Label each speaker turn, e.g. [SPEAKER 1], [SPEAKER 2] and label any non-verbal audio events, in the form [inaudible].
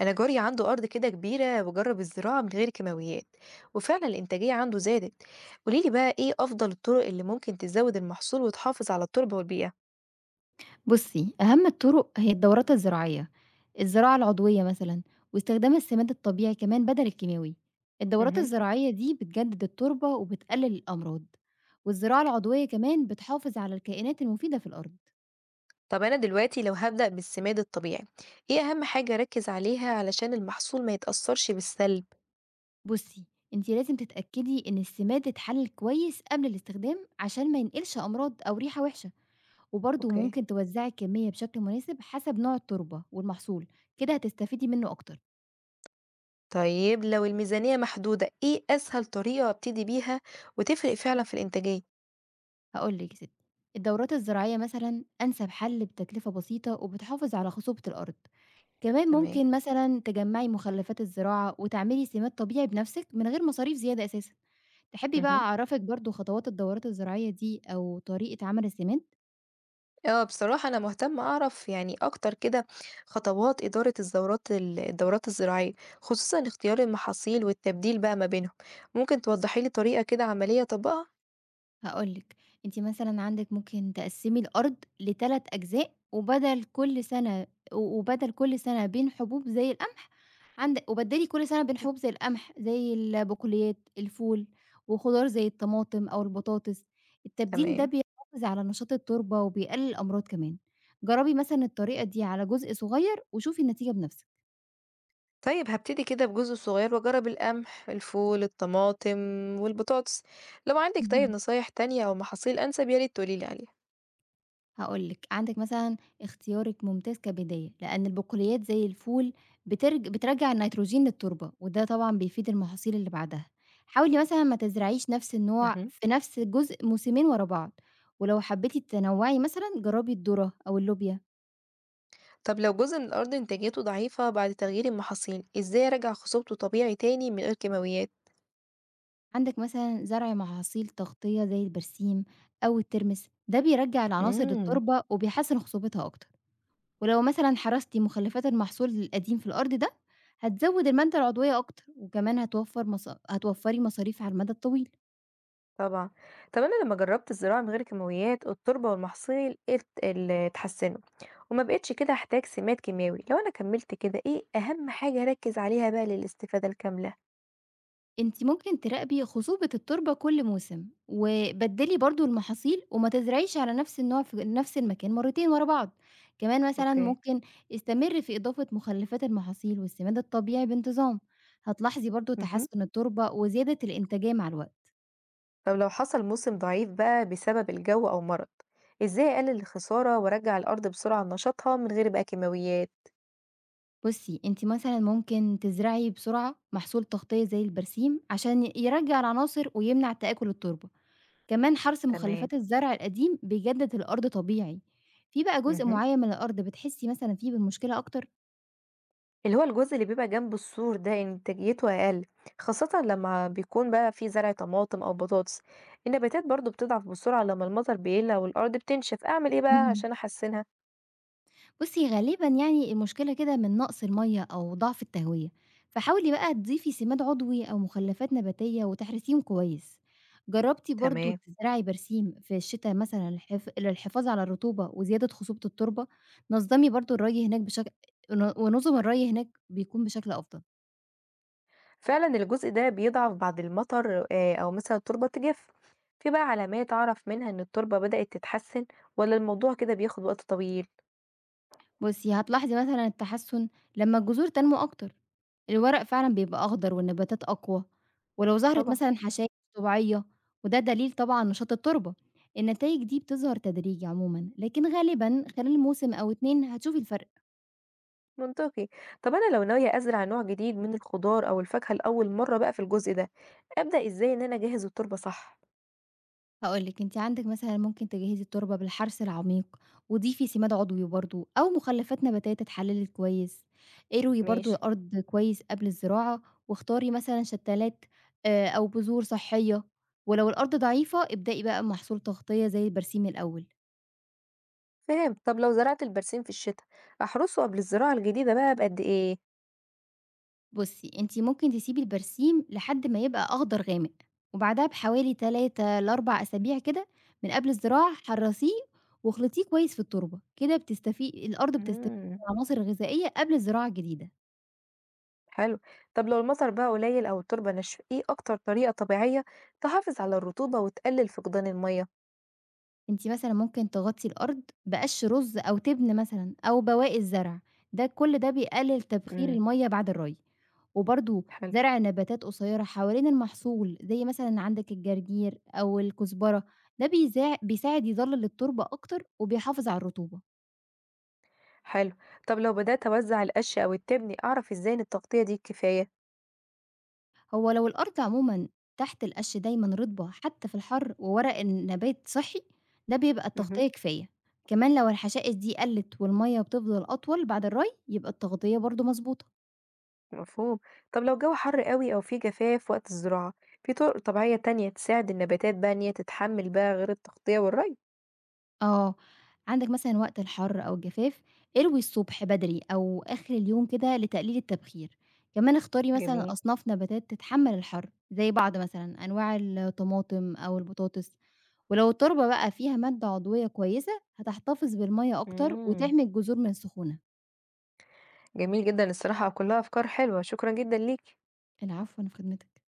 [SPEAKER 1] أنا جاري عنده أرض كده كبيرة وجرب الزراعة من غير كيماويات، وفعلا الإنتاجية عنده زادت. قوليلي بقى إيه أفضل الطرق اللي ممكن تزود المحصول وتحافظ على التربة والبيئة؟
[SPEAKER 2] بُصّي، أهم الطرق هي الدورات الزراعية، الزراعة العضوية مثلًا، واستخدام السماد الطبيعي كمان بدل الكيماوي. الدورات
[SPEAKER 1] مهم.
[SPEAKER 2] الزراعية دي بتجدد التربة وبتقلل الأمراض، والزراعة العضوية كمان بتحافظ على الكائنات المفيدة في الأرض.
[SPEAKER 1] طب أنا دلوقتي لو هبدأ بالسماد الطبيعي، إيه أهم حاجة أركز عليها علشان المحصول ما يتأثرش بالسلب؟
[SPEAKER 2] بُصّي، أنتِ لازم تتأكدي إن السماد اتحلل كويس قبل الاستخدام عشان ما ينقلش أمراض أو ريحة وحشة، وبرضه
[SPEAKER 1] اوكي.
[SPEAKER 2] ممكن توزعي الكمية بشكل مناسب حسب نوع التربة والمحصول، كده هتستفيدي منه أكتر.
[SPEAKER 1] طيب لو الميزانية محدودة إيه أسهل طريقة أبتدي بيها وتفرق فعلا في الإنتاجية؟
[SPEAKER 2] هاقول لِك يا ستي، الدورات الزراعية مثلًا أنسب حل بتكلفة بسيطة وبتحافظ على خصوبة الأرض، كمان
[SPEAKER 1] تمام.
[SPEAKER 2] ممكن مثلًا تجمّعي مخلفات الزراعة وتعملي سماد طبيعي بنفسِك من غير مصاريف زيادة أساسًا، تحبي بقى
[SPEAKER 1] مهم.
[SPEAKER 2] أعرفِك برضه خطوات الدورات الزراعية دي أو طريقة عمل السماد؟
[SPEAKER 1] آه، بصراحة أنا مهتمة أعرف يعني أكتر كده خطوات إدارة الدورات الزراعية، خصوصا اختيار المحاصيل والتبديل بقى ما بينهم. ممكن توضحي لي طريقة كده عملية أطبقها؟
[SPEAKER 2] هاقول لِك، أنتِ مثلًا عندِك ممكن تقسّمي الأرض ل3 أجزاء، وبدل كل سنة بين حبوب زي القمح، عند وبدّلي كل سنة بين حبوب زي القمح، زي البقوليات، الفول، وخضار زي الطماطم أو البطاطس. التبديل ده
[SPEAKER 1] تمام.
[SPEAKER 2] بيحافظ على نشاط التربة وبيقلل الأمراض كمان. جرّبي مثلًا الطريقة دي على جزء صغير وشوفي النتيجة بنفسِك.
[SPEAKER 1] طيب هبتدي كده بجزء صغير وأجرب القمح، الفول، الطماطم والبطاطس. لو عندك طيب نصايح تانية أو محاصيل أنسب يا ريت تقولي لي عليها.
[SPEAKER 2] هاقول لِك، عندِك مثلًا اختيارِك ممتاز كبداية، لأن البقوليات زي الفول بترجّع النيتروجين للتربة، وده طبعًا بيفيد المحاصيل اللي بعدها. حاولي مثلًا ما تزرعيش نفس النوع
[SPEAKER 1] مهم.
[SPEAKER 2] في نفس الجزء موسمين ورا بعض، ولو حبيتِ تنوّعي مثلًا جرّبي الذرة أو اللوبيا.
[SPEAKER 1] طب لو جزء من الأرض إنتاجيته ضعيفة بعد تغيير المحاصيل، إزاي أرجع خصوبته طبيعي تاني من غير كيماويات؟
[SPEAKER 2] عندِك مثلًا زرع محاصيل تغطية زي البرسيم أو الترمس، ده بيرجّع العناصر
[SPEAKER 1] مم.
[SPEAKER 2] للتربة وبيحسن خصوبتها أكتر. ولو مثلًا حرستِ مخلفات المحصول القديم في الأرض ده، هتزود المادة العضوية أكتر، وكمان هتوفري مصاريف على المدى الطويل.
[SPEAKER 1] طبعًا. طب أنا لمّا جرّبت الزراعة من غير كيماويات، التربة والمحاصيل ات ال اتحسنوا، وما بقيتش كده أحتاج سماد كيماوي. لو أنا كمّلت كده إيه أهم حاجة أركّز عليها بقى للاستفادة الكاملة؟
[SPEAKER 2] أنتِ ممكن تراقبي خصوبة التربة كل موسم، وبدلي برضه المحاصيل وما تزرعيش على نفس النوع في نفس المكان مرتين ورا بعض. كمان مثلًا
[SPEAKER 1] أوكي.
[SPEAKER 2] ممكن استمري في إضافة مخلفات المحاصيل والسماد الطبيعي بانتظام، هتلاحظي برضه
[SPEAKER 1] اهم.
[SPEAKER 2] تحسن التربة وزيادة الإنتاجية مع الوقت.
[SPEAKER 1] طب لو حصل موسم ضعيف بقى بسبب الجو أو مرض، إزاي أقلل الخسارة وأرجّع الأرض بسرعة لنشاطها من غير بقى كيماويات؟
[SPEAKER 2] بُصّي، أنتِ مثلًا ممكن تزرعي بسرعة محصول تغطية زي البرسيم عشان يرجّع العناصر ويمنع تآكل التربة، كمان حرث
[SPEAKER 1] تمام.
[SPEAKER 2] مخلفات الزرع القديم بيجدد الأرض طبيعي، في بقى جزء
[SPEAKER 1] اهم.
[SPEAKER 2] معين من الأرض بتحسي مثلًا فيه بالمشكلة أكتر؟
[SPEAKER 1] اللي هو الجزء اللي بيبقى جنب السور ده إنتاجيته أقل، خاصةً لمّا بيكون بقى في زرع طماطم أو بطاطس، النباتات برضه بتضعف بسرعة لمّا المطر بيقل أو الأرض بتنشف. أعمل إيه
[SPEAKER 2] [laughs]
[SPEAKER 1] بقى
[SPEAKER 2] اهم.
[SPEAKER 1] عشان أحسنها؟
[SPEAKER 2] بُصّي، غالبًا يعني المشكلة كده من نقص المَيّة أو ضعف التهوية، فحاولي بقى تضيفي سماد عضوي أو مخلفات نباتية وتحرسيهم كويس. جرّبتِ برضه
[SPEAKER 1] تمام.
[SPEAKER 2] تزرعي برسيم في الشتا مثلًا للحفاظ على الرطوبة وزيادة خصوبة التربة، نظّمي برضه الري هناك بشك ن ونظم الري هناك بيكون بشكل أفضل.
[SPEAKER 1] فعلًا الجزء ده بيضعف بعد المطر أو مثلًا التربة تجف. في بقى علامات أعرف منها إن التربة بدأت تتحسن والّا الموضوع كده بياخد وقت طويل؟
[SPEAKER 2] بُصّي، هتلاحظي مثلًا التحسُّن لمّا الجذور تنمو أكتر، الورق فعلًا بيبقى أخضر والنباتات أقوى، ولو ظهرت
[SPEAKER 1] طبعًا.
[SPEAKER 2] مثلًا حشائش طبيعية وده دليل طبعًا نشاط التربة، النتايج دي بتظهر تدريجي عمومًا، لكن غالبًا خلال موسم أو 2 هتشوفي الفرق.
[SPEAKER 1] منطقي. طب أنا لو ناوية أزرع نوع جديد من الخضار أو الفاكهة لأول مرة بقى في الجزء ده، أبدأ إزاي إن أنا أجهز التربة صح؟
[SPEAKER 2] هاقول لِك، أنتِ عندِك مثلًا ممكن تجهّزي التربة بالحرث العميق، وضيفي سماد عضوي برضه أو مخلفات نباتية تتحلّلت كويس، اروي برضه
[SPEAKER 1] ماشي.
[SPEAKER 2] الأرض كويس قبل الزراعة، واختاري مثلًا شتّلات أو بذور صحية، ولو الأرض ضعيفة ابدئي بقى بمحصول تغطية زي البرسيم الأول.
[SPEAKER 1] فهمت. طب لو زرعت البرسيم في الشتا، أحرسه قبل الزراعة الجديدة بقى بقد إيه؟
[SPEAKER 2] بُصّي، أنتِ ممكن تسيبي البرسيم لحد ما يبقى أخضر غامق، وبعدها بحوالي 3 ل4 أسابيع كده من قبل الزراعة حرّصيه واخلطيه كويس في التربة، كده الأرض بتستفيد من
[SPEAKER 1] امم.
[SPEAKER 2] العناصر الغذائية قبل الزراعة الجديدة.
[SPEAKER 1] حلو. طب لو المطر بقى قليل أو التربة ناشفة، إيه أكتر طريقة طبيعية تحافظ على الرطوبة وتقلل فقدان المية؟
[SPEAKER 2] أنتِ مثلًا ممكن تغطّي الأرض بقَش رُز أو تبن مثلًا أو بواقي الزرع، ده كل ده بيقلل تبخير
[SPEAKER 1] امم.
[SPEAKER 2] المَيّة بعد الري، وبرضه
[SPEAKER 1] حلو.
[SPEAKER 2] زرع نباتات قصيّرة حوالين المحصول، زي مثلًا عندك الجرجير أو الكزبرة، ده بيساعد يظلل التربة أكتر وبيحافظ على الرطوبة.
[SPEAKER 1] حلو. طب لو بدأت أوزع القش أو التبني أعرف إزاي إن التغطية دي كفاية؟
[SPEAKER 2] هو لو الأرض عمومًا تحت القش دايمًا رطبة حتى في الحر وورق النبات صحّي، ده بيبقى
[SPEAKER 1] اهم.
[SPEAKER 2] التغطية كفاية. كمان لو الحشائش دي قلّت والمَيّة بتفضل أطول بعد الري، يبقى التغطية برضه مضبوطة.
[SPEAKER 1] مفهوم. طب لو الجو حر قوي أو في جفاف وقت الزراعة، في طرق طبيعية تانية تساعد النباتات بقى إن هي تتحمل بقى غير التغطية والري؟
[SPEAKER 2] آه، عندك مثلًا وقت الحر أو الجفاف، اروي الصبح بدري أو آخر اليوم كده لتقليل التبخير، كمان اختاري مثلًا
[SPEAKER 1] جميل.
[SPEAKER 2] أصناف نباتات تتحمل الحر، زي بعض مثلًا أنواع الطماطم أو البطاطس، ولو التربة بقى فيها مادة عضوية كويسة هتحتفظ بالمَيّة أكتر
[SPEAKER 1] امم.
[SPEAKER 2] وتحمي الجذور من السخونة.
[SPEAKER 1] جميل جدًا الصراحة، كلّها أفكار حلوة، شكرًا جدًا ليكِ.
[SPEAKER 2] العفو، أنا في خدمتك.